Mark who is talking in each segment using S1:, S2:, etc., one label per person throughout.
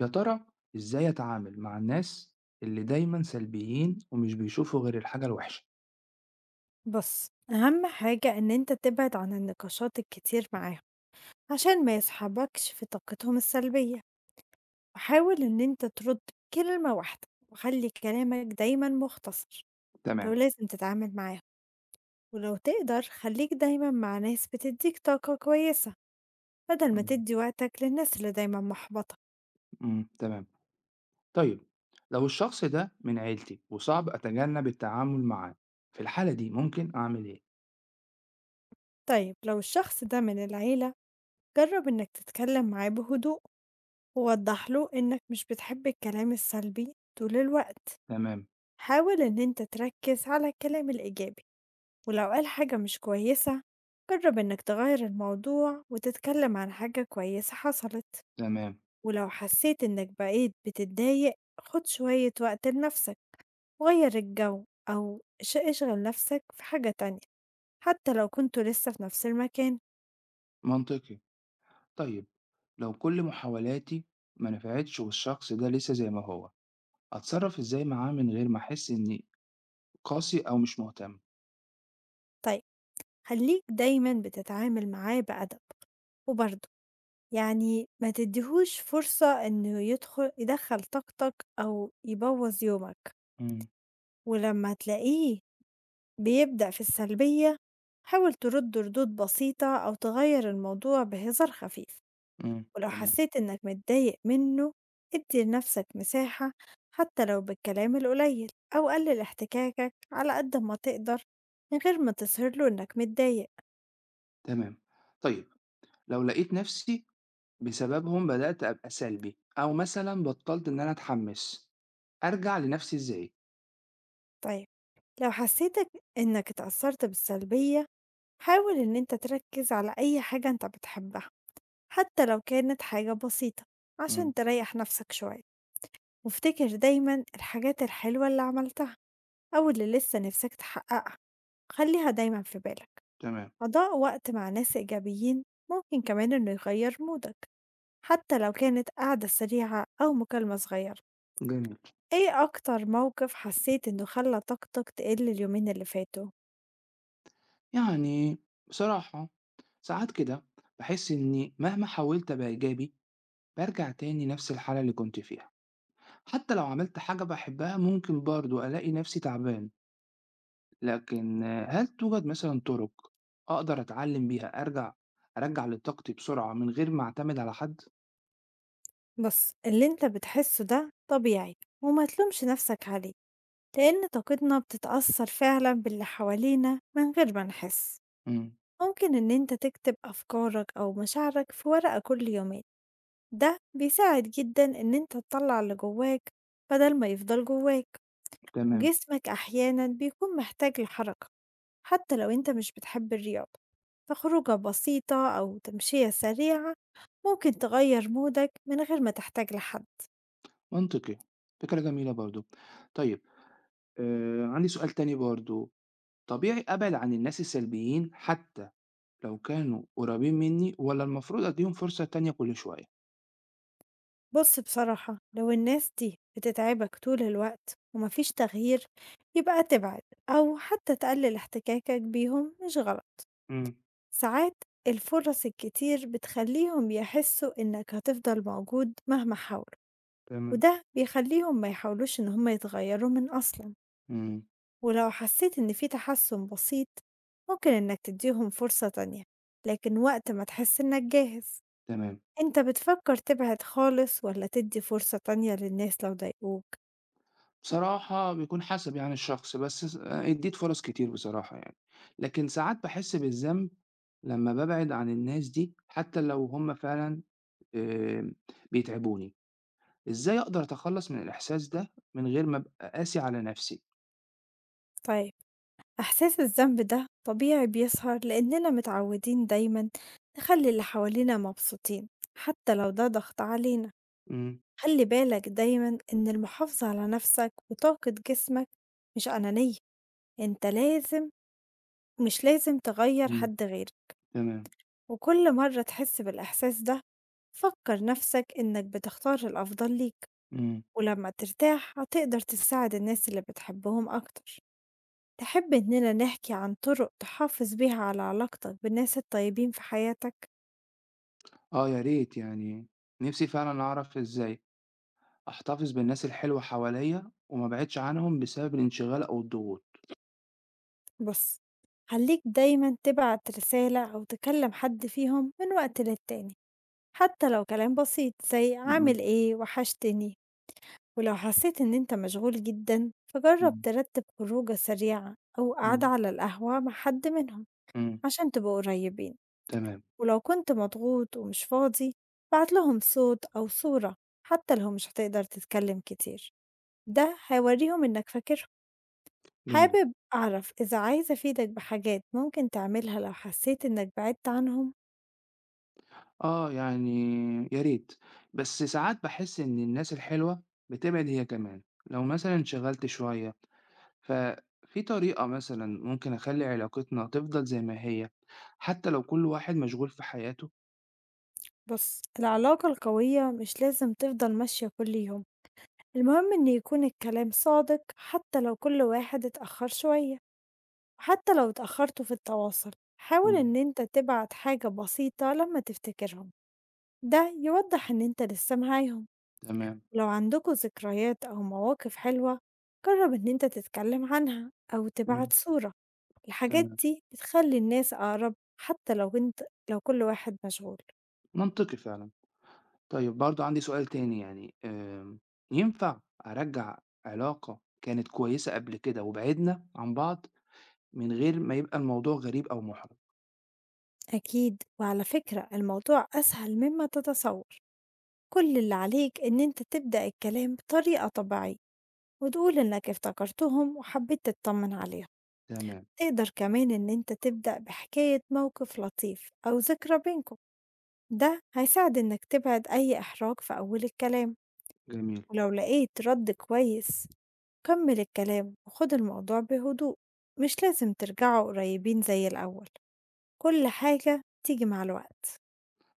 S1: يا ترى إزاي أتعامل مع الناس اللي دايمًا سلبيين ومش بيشوفوا غير الحاجة الوحشة؟
S2: بُص، أهم حاجة إن أنت تبعد عن النقاشات الكتير معاهم، عشان ما يسحبكش في طاقتهم السلبية، وحاول إن أنت ترد بكلمة واحدة، وخلّي كلامك دايمًا مختصر لو
S1: تمام،
S2: لازم تتعامل معاهم، ولو تقدر خلّيك دايمًا مع ناس بتدّيك طاقة كويسة، بدل ما
S1: إمم،
S2: تدّي وقتك للناس اللي دايمًا محبطة.
S1: إمم، تمام. طيب لو الشخص ده من عيلتي وصعب أتجنب التعامل معاه، في الحالة دي ممكن أعمل إيه؟
S2: طيب لو الشخص ده من العيلة، جرّب إنك تتكلم معاه بهدوء، ووضّح له إنك مش بتحب الكلام السلبي طول الوقت.
S1: تمام،
S2: حاول إن أنت تركز على الكلام الإيجابي، ولو قال حاجة مش كويسة جرب إنك تغير الموضوع وتتكلم عن حاجة كويسة حصلت.
S1: تمام،
S2: ولو حسيت إنك بقيت بتتضايق خد شوية وقت لنفسك، غير الجو أو اشغل نفسك في حاجة تانية حتى لو كنتوا لسه في نفس المكان.
S1: منطقي. طيب لو كل محاولاتي ما نفعتش والشخص ده لسه زي ما هو، أتصرف إزاي معاه من غير ما أحس إني قاسي أو مش مهتم؟
S2: طيب خليك دايما بتتعامل معاه بأدب وبرضه يعني ما تديهوش فرصة إنه يدخل طاقتك أو يبوظ يومك.
S1: إمم،
S2: ولما تلاقيه بيبدأ في السلبية حاول ترد ردود بسيطة أو تغير الموضوع بهزار خفيف.
S1: إمم،
S2: ولو
S1: تمام،
S2: حسيت إنك متضايق منه ادي لنفسك مساحة حتى لو بالكلام القليل، أو قلل احتكاكك على قد ما تقدر من غير ما تظهر له إنك متضايق.
S1: تمام. طيب لو لقيت نفسي بسببهم بدأت أبقى سلبي، أو مثلًا بطّلت إن أنا أتحمّس، أرجع لنفْسي إزاي؟
S2: طيب لو حسيتك إنك اتأثرت بالسلبية حاول إن أنت تركز على أي حاجة أنت بتحبها، حتى لو كانت حاجة بسيطة
S1: إمم.
S2: عشان تريح نفسك شوية. وافتكر دايما الحاجات الحلوة اللي عملتها أو اللي لسه نفسك تحققها، خليها دايما في بالك.
S1: تمام،
S2: قضاء وقت مع ناس إيجابيين ممكن كمان إنه يغير مودك، حتى لو كانت قعدة سريعة أو مكالمة صغيرة.
S1: جميل.
S2: إيه أكتر موقف حسيت إنه خلى طاقتك تقل اليومين اللي فاتوا؟
S1: يعني بصراحة ساعات كده باحس إني مهما حاولت أبقى إيجابي، بارجع تاني نفْس الحالة اللي كنت فيها، حتى لو عملت حاجة باحبها ممكن برضه ألاقي نفْسي تعبان، لكن آه، هل توجد مثلًا طُرق أقدر أتعلّم بيها أرجّع لطاقتي بسرعة من غير ما أعتمد على حد؟
S2: بص اللي انت بتحسه ده طبيعي وما تلومش نفسك عليه، لأن طاقتنا بتتأثر فعلا باللي حوالينا من غير ما نحس.
S1: إمم،
S2: ممكن إن أنت تكتب أفكارك أو مشاعرك في ورقة كل يومين، ده بيساعد جدا إن أنت تطلع اللي جواك بدل ما يفضل جواك.
S1: تمام،
S2: وجسمك أحيانا بيكون محتاج لحركة، حتى لو أنت مش بتحب الرياضة، فخروجة بسيطة أو تمشية سريعة ممكن تغير مودك من غير ما تحتاج لحد.
S1: منطقي، فكرة جميلة برضه. طيب عندي سؤال تاني برضه، طبيعي أبعد عن الناس السلبيين حتى لو كانوا قريبين منّي والّا المفروض أدّيهم فرصة تانية كل شوية؟
S2: بص بصراحة لو الناس دي بتتعبك طول الوقت ومفيش تغيير يبقى تبعد، أو حتى تقلل احتكاكك بيهم مش غلط.
S1: إمم،
S2: ساعات الفرص الكتير بتخليهم يحسوا إنك هتفضل موجود مهما حاولوا،
S1: تمام.
S2: وده بيخليهم ما يحاولوش إن هما يتغيروا من أصلا.
S1: إمم،
S2: ولو حسيت إن في تحسن بسيط ممكن إنك تديهم فرصة تانية، لكن وقت ما تحس إنك جاهز.
S1: تمام.
S2: إنت بتفكر تبعد خالص ولا تدي فرصة تانية للناس لو ضايقوك؟
S1: بصراحة بيكون حسب يعني الشخص، بس س آه، ادّيت فرص كتير بصراحة يعني، لكن ساعات باحس بالذنب لمّا بابعد عن الناس دي حتى لو هم فعلًا آآ بيتعبوني، إزاي أقدر أتخلّص من الإحساس ده من غير ما أبقى قاسي على نفسي؟
S2: طيب إحساس الذنب ده طبيعي بيظهر لأننا متعودين دايما نخلي اللي حوالينا مبسوطين، حتى لو ده ضغط علينا.
S1: إمم.
S2: خلّي بالك دايمًا إن المحافظة على نَفْسك وطاقة جسمك مش أنانية، أنت لازم مش لازم تغيّر
S1: إمم،
S2: حد غيرك،
S1: تمام،
S2: وكل مرّة تحس بالإحساس ده فكّر نَفْسك إنّك بتختار الأفضل ليك،
S1: إمم.
S2: ولمّا ترتاح هتقدر تساعد الناس اللي بتحبهم أكتر. تحب إننا نحكي عن طرق تحافظ بيها على علاقتك بالناس الطيبين في حياتك؟
S1: آه يا ريت يعني نفسي فعلًا أعرف إزاي أحتفظ بالناس الحلوة حواليّا وما أبعدش عنهم بسبب الانشغال أو الضغوط.
S2: بُص، خلّيك دايمًا تبعت رسالة أو تكلّم حد فيهم من وقت للتاني. حتى لو كلام بسيط زي
S1: إمم، إمم،
S2: عامل إيه وحشتني. ولو حسيت إن أنت مشغول جدا فجرب
S1: إمم،
S2: ترتب خروجة سريعة أو قعدة
S1: إمم.
S2: على القهوة مع حد منهم
S1: إمم،
S2: عشان تبقوا قريبين.
S1: تمام،
S2: ولو كنت مضغوط ومش فاضي بعت لهم صوت أو صورة، حتى لو مش هتقدر تتكلم كتير، ده هيوريهم إنك فاكرهم.
S1: جميل.
S2: حابب أعرف إذا عايز أفيدك بحاجات ممكن تعملها لو حسيت إنك بعدت عنهم.
S1: آه، يعني يا ريت، بس ساعات باحس إن الناس الحلوة بتبعد هي كمان، لو مثلًا انشغلت شوية، ففي طريقة مثلًا ممكن أخلّي علاقتنا تفضل زي ما هي حتى لو كل واحد مشغول في حياته؟
S2: بص العلاقة القوية مش لازم تفضل ماشية كل يوم، المهم إن يكون الكلام صادق حتى لو كل واحد اتأخر شوية. وحتى لو اتأخرتوا في التواصل حاول
S1: إمم،
S2: إن أنت تبعت حاجة بسيطة لما تفتكرهم، ده يوضح إن أنت لسه معاهم.
S1: تمام،
S2: لو عندكوا ذكريات أو مواقف حلوة جرب إن أنت تتكلم عنها أو
S1: إمم.
S2: تبعت صورة، الحاجات
S1: تمام،
S2: دي بتخلي الناس أقرب حتى لو أنت لو كل واحد مشغول.
S1: منطقي فعلًا. طيب برضه عندي سؤال تاني يعني ينفع أرجّع علاقة كانت كويسة قبل كده وبعدنا عن بعض من غير ما يبقى الموضوع غريب أو مُحرج،
S2: أكيد وعلى فكرة الموضوع أسهل مما تتصور، كل اللي عليك إن أنت تبدأ الكلام بطريقة طبيعية وتقول إنك افتكرتهم وحبيت تطمن عليهم.
S1: تمام،
S2: تقدر كمان إن أنت تبدأ بحكاية موقف لطيف أو ذكرى بينكم، ده هيساعد إنك تبعد أي إحراج في أول الكلام.
S1: جميل.
S2: ولو لقيت رد كويس كمل الكلام وخد الموضوع بهدوء، مش لازم ترجعوا قريبين زي الأول، كل حاجة تيجي مع الوقت.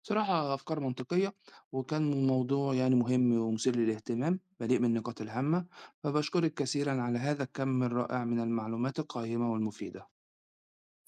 S1: بصراحة أفكار منطقية، وكان الموضوع يعني مهم ومثير للاهتمام، مليء بالنقاط الهامة، فباشكرِك كثيرًا على هذا الكم الرائع من المعلومات القيّمة والمفيدة.